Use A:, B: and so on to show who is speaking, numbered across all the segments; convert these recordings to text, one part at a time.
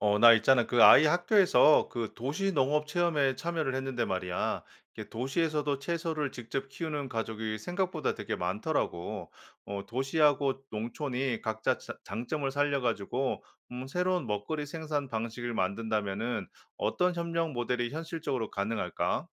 A: 나 있잖아. 그 아이 학교에서 그 도시 농업 체험에 참여를 했는데 말이야. 이게 도시에서도 채소를 직접 키우는 가족이 생각보다 되게 많더라고. 도시하고 농촌이 각자 장점을 살려가지고 새로운 먹거리 생산 방식을 만든다면은 어떤 협력 모델이 현실적으로 가능할까?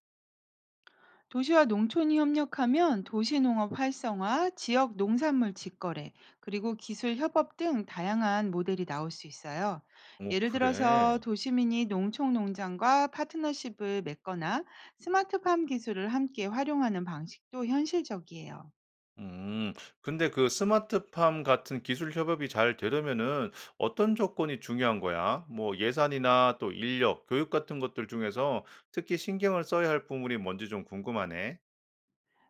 B: 도시와 농촌이 협력하면 도시농업 활성화, 지역 농산물 직거래, 그리고 기술 협업 등 다양한 모델이 나올 수 있어요.
A: 오,
B: 예를 들어서
A: 그래.
B: 도시민이 농촌 농장과 파트너십을 맺거나 스마트팜 기술을 함께 활용하는 방식도 현실적이에요.
A: 음. 근데 그 스마트팜 같은 기술 협업이 잘 되려면은 어떤 조건이 중요한 거야? 뭐 예산이나 또 인력, 교육 같은 것들 중에서 특히 신경을 써야 할 부분이 뭔지 좀 궁금하네.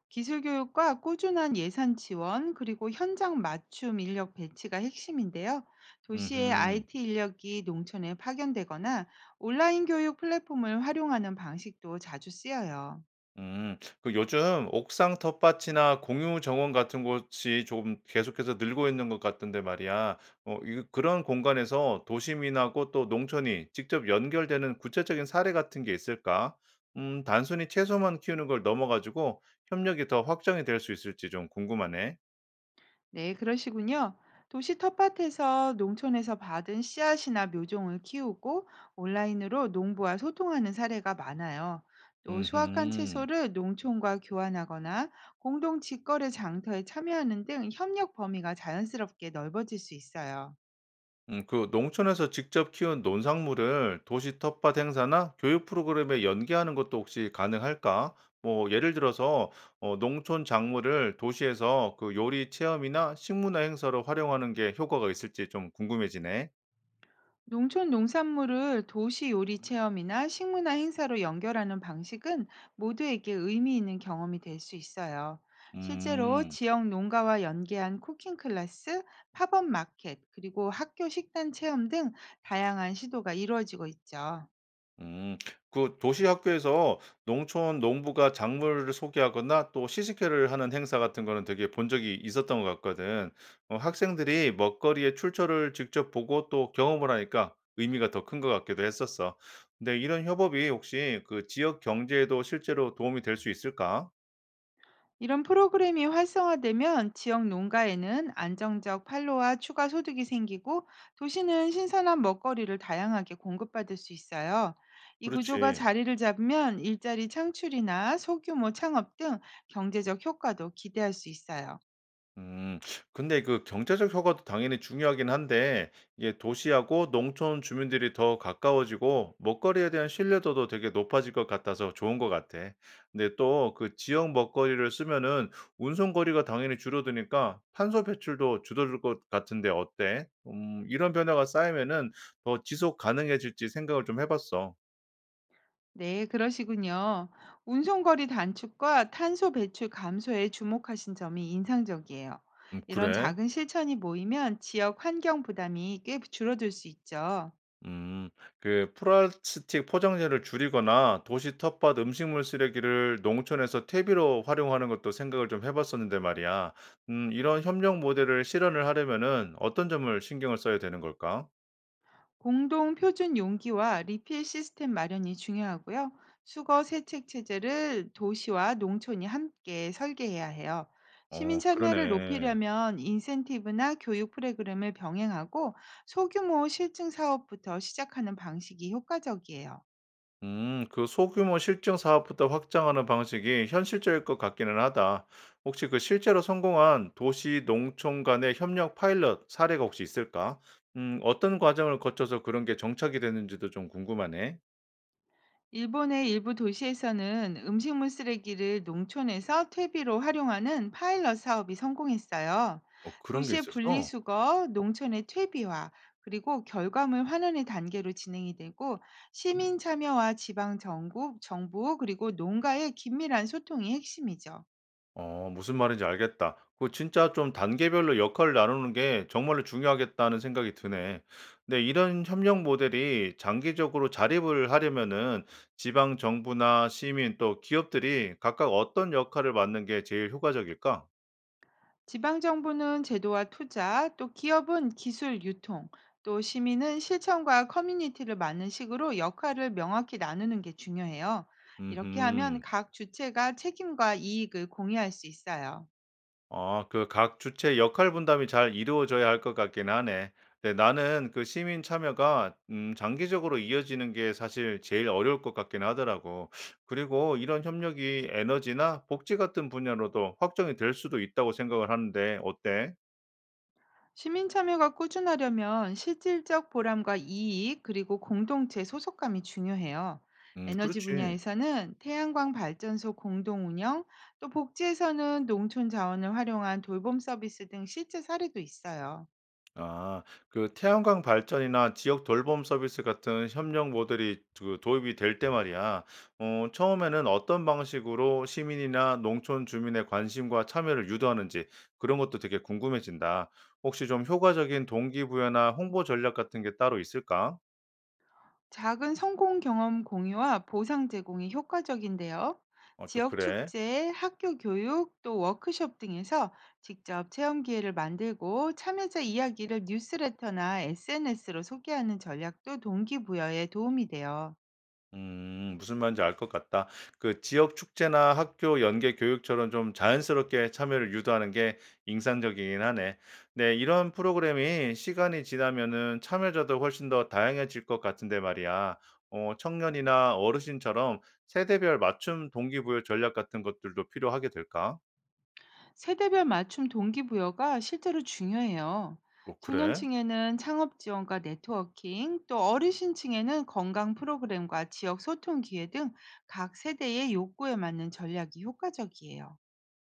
B: 기술 교육과 꾸준한 예산 지원, 그리고 현장 맞춤 인력 배치가 핵심인데요. 도시의
A: 음
B: IT 인력이 농촌에 파견되거나 온라인 교육 플랫폼을 활용하는 방식도 자주 쓰여요.
A: 그 요즘 옥상 텃밭이나 공유 정원 같은 곳이 조금 계속해서 늘고 있는 것 같은데 말이야. 어 이 그런 공간에서 도심인하고 또 농촌이 직접 연결되는 구체적인 사례 같은 게 있을까? 단순히 채소만 키우는 걸 넘어 가지고 협력이 더 확장이 될 수 있을지 좀 궁금하네.
B: 네, 그러시군요. 도시 텃밭에서 농촌에서 받은 씨앗이나 묘종을 키우고 온라인으로 농부와 소통하는 사례가 많아요. 또 수확한
A: 음흠.
B: 채소를 농촌과 교환하거나 공동 직거래 장터에 참여하는 등 협력 범위가 자연스럽게 넓어질 수 있어요.
A: 그 농촌에서 직접 키운 논산물을 도시 텃밭 행사나 교육 프로그램에 연계하는 것도 혹시 가능할까? 뭐 예를 들어서 농촌 작물을 도시에서 그 요리 체험이나 식문화 행사로 활용하는 게 효과가 있을지 좀 궁금해지네.
B: 농촌 농산물을 도시 요리 체험이나 식문화 행사로 연결하는 방식은 모두에게 의미 있는 경험이 될 수 있어요. 실제로
A: 음.
B: 지역 농가와 연계한 쿠킹 클래스, 팝업 마켓, 그리고 학교 식단 체험 등 다양한 시도가 이루어지고 있죠.
A: 음. 그 도시 학교에서 농촌 농부가 작물을 소개하거나 또 시식회를 하는 행사 같은 거는 되게 본 적이 있었던 것 같거든. 어 학생들이 먹거리의 출처를 직접 보고 또 경험을 하니까 의미가 더 큰 것 같기도 했었어. 근데 이런 협업이 혹시 그 지역 경제에도 실제로 도움이 될 수 있을까?
B: 이런 프로그램이 활성화되면 지역 농가에는 안정적 판로와 추가 소득이 생기고 도시는 신선한 먹거리를 다양하게 공급받을 수 있어요. 이 구조가
A: 그렇지.
B: 자리를 잡으면 일자리 창출이나 소규모 창업 등 경제적 효과도 기대할 수 있어요.
A: 음. 근데 그 경제적 효과도 당연히 중요하긴 한데 이게 도시하고 농촌 주민들이 더 가까워지고 먹거리에 대한 신뢰도도 되게 높아질 것 같아서 좋은 것 같아. 근데 또 그 지역 먹거리를 쓰면은 운송 거리가 당연히 줄어드니까 탄소 배출도 줄어들 것 같은데 어때? 이런 변화가 쌓이면은 더 지속 가능해질지 생각을 좀 해봤어.
B: 네, 그러시군요. 운송거리 단축과 탄소 배출 감소에 주목하신 점이 인상적이에요. 이런
A: 그래?
B: 작은 실천이 모이면 지역 환경 부담이 꽤 줄어들 수 있죠.
A: 음. 그 플라스틱 포장재를 줄이거나 도시 텃밭 음식물 쓰레기를 농촌에서 퇴비로 활용하는 것도 생각을 좀 해 봤었는데 말이야. 이런 협력 모델을 실현을 하려면은 어떤 점을 신경을 써야 되는 걸까?
B: 공동 표준 용기와 리필 시스템 마련이 중요하고요. 수거 세척 체제를 도시와 농촌이 함께 설계해야 해요. 시민
A: 어
B: 참여를
A: 그러네.
B: 높이려면 인센티브나 교육 프로그램을 병행하고 소규모 실증 사업부터 시작하는 방식이 효과적이에요.
A: 그 소규모 실증 사업부터 확장하는 방식이 현실적일 것 같기는 하다. 혹시 그 실제로 성공한 도시 농촌 간의 협력 파일럿 사례가 혹시 있을까? 어떤 과정을 거쳐서 그런 게 정착이 됐는지도 좀 궁금하네.
B: 일본의 일부 도시에서는 음식물 쓰레기를 농촌에서 퇴비로 활용하는 파일럿 사업이 성공했어요.
A: 어 그런 게
B: 도시의
A: 있었어?
B: 분리수거, 농촌의 퇴비화, 그리고 결과물 환원의 단계로 진행이 되고 시민 참여와 지방 정부, 정부 그리고 농가의 긴밀한 소통이 핵심이죠.
A: 어 무슨 말인지 알겠다. 그 진짜 좀 단계별로 역할을 나누는 게 정말로 중요하겠다는 생각이 드네. 근데 이런 협력 모델이 장기적으로 자립을 하려면은 지방 정부나 시민 또 기업들이 각각 어떤 역할을 맡는 게 제일 효과적일까?
B: 지방정부는 제도와 투자, 또 기업은 기술 유통, 또 시민은 실천과 커뮤니티를 맡는 식으로 역할을 명확히 나누는 게 중요해요. 이렇게 하면
A: 음
B: 각 주체가 책임과 이익을 공유할 수 있어요.
A: 아 그 각 주체 역할 분담이 잘 이루어져야 할 것 같긴 하네. 네 나는 그 시민 참여가 장기적으로 이어지는 게 사실 제일 어려울 것 같긴 하더라고. 그리고 이런 협력이 에너지나 복지 같은 분야로도 확정이 될 수도 있다고 생각을 하는데 어때?
B: 시민 참여가 꾸준하려면 실질적 보람과 이익, 그리고 공동체 소속감이 중요해요. 에너지
A: 그렇지.
B: 분야에서는 태양광 발전소 공동 운영, 또 복지에서는 농촌 자원을 활용한 돌봄 서비스 등 실제 사례도 있어요.
A: 아. 그 태양광 발전이나 지역 돌봄 서비스 같은 협력 모델이 그 도입이 될 때 말이야. 어 처음에는 어떤 방식으로 시민이나 농촌 주민의 관심과 참여를 유도하는지 그런 것도 되게 궁금해진다. 혹시 좀 효과적인 동기부여나 홍보 전략 같은 게 따로 있을까?
B: 작은 성공 경험 공유와 보상 제공이 효과적인데요.
A: 어 또
B: 지역
A: 그래?
B: 축제, 학교 교육, 또 워크숍 등에서 직접 체험 기회를 만들고 참여자 이야기를 뉴스레터나 SNS로 소개하는 전략도 동기부여에 도움이 돼요.
A: 음. 무슨 말인지 알 것 같다. 그 지역 축제나 학교 연계 교육처럼 좀 자연스럽게 참여를 유도하는 게 인상적이긴 하네. 네, 이런 프로그램이 시간이 지나면은 참여자도 훨씬 더 다양해질 것 같은데 말이야. 청년이나 어르신처럼 세대별 맞춤 동기부여 전략 같은 것들도 필요하게 될까?
B: 세대별 맞춤 동기부여가 실제로 중요해요.
A: 어, 그래?
B: 청년층에는 창업 지원과 네트워킹, 또 어르신층에는 건강 프로그램과 지역 소통 기회 등 각 세대의 욕구에 맞는 전략이 효과적이에요.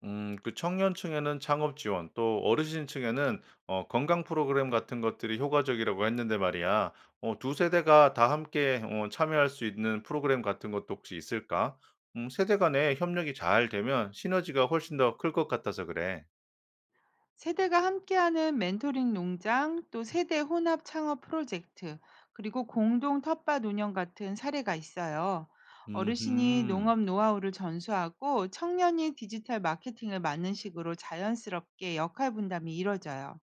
A: 그 청년층에는 창업 지원, 또 어르신층에는 건강 프로그램 같은 것들이 효과적이라고 했는데 말이야. 두 세대가 다 함께 참여할 수 있는 프로그램 같은 것도 혹시 있을까? 세대 간의 협력이 잘 되면 시너지가 훨씬 더 클 것 같아서 그래.
B: 세대가 함께하는 멘토링 농장, 또 세대 혼합 창업 프로젝트, 그리고 공동 텃밭 운영 같은 사례가 있어요. 어르신이
A: 음
B: 농업 노하우를 전수하고 청년이 디지털 마케팅을 맡는 식으로 자연스럽게 역할 분담이 이뤄져요.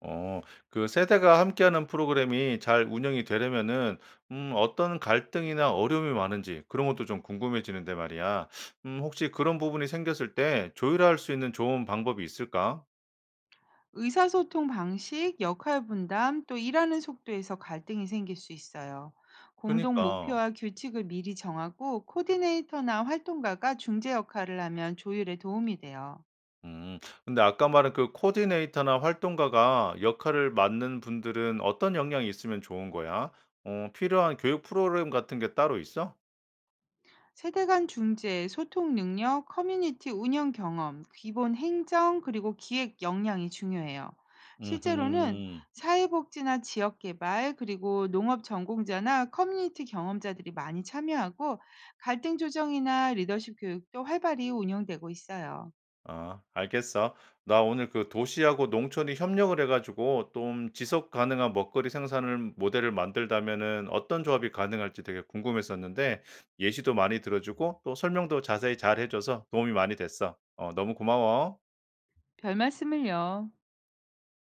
A: 어. 그 세대가 함께하는 프로그램이 잘 운영이 되려면은 어떤 갈등이나 어려움이 많은지 그런 것도 좀 궁금해지는데 말이야. 혹시 그런 부분이 생겼을 때 조율할 수 있는 좋은 방법이 있을까?
B: 의사소통 방식, 역할 분담, 또 일하는 속도에서 갈등이 생길 수 있어요. 공동
A: 그니까.
B: 목표와 규칙을 미리 정하고 코디네이터나 활동가가 중재 역할을 하면 조율에 도움이 돼요.
A: 음. 근데 아까 말한 그 코디네이터나 활동가가 역할을 맡는 분들은 어떤 역량이 있으면 좋은 거야? 어 필요한 교육 프로그램 같은 게 따로 있어?
B: 세대 간 중재, 소통 능력, 커뮤니티 운영 경험, 기본 행정, 그리고 기획 역량이 중요해요. 실제로는
A: 음흠.
B: 사회복지나 지역개발, 그리고 농업 전공자나 커뮤니티 경험자들이 많이 참여하고 갈등 조정이나 리더십 교육도 활발히 운영되고 있어요.
A: 아 알겠어. 나 오늘 그 도시하고 농촌이 협력을 해 가지고 좀 지속 가능한 먹거리 생산을 모델을 만들다면은 어떤 조합이 가능할지 되게 궁금했었는데 예시도 많이 들어 주고 또 설명도 자세히 잘해 줘서 도움이 많이 됐어. 어 너무 고마워.
B: 별 말씀을요.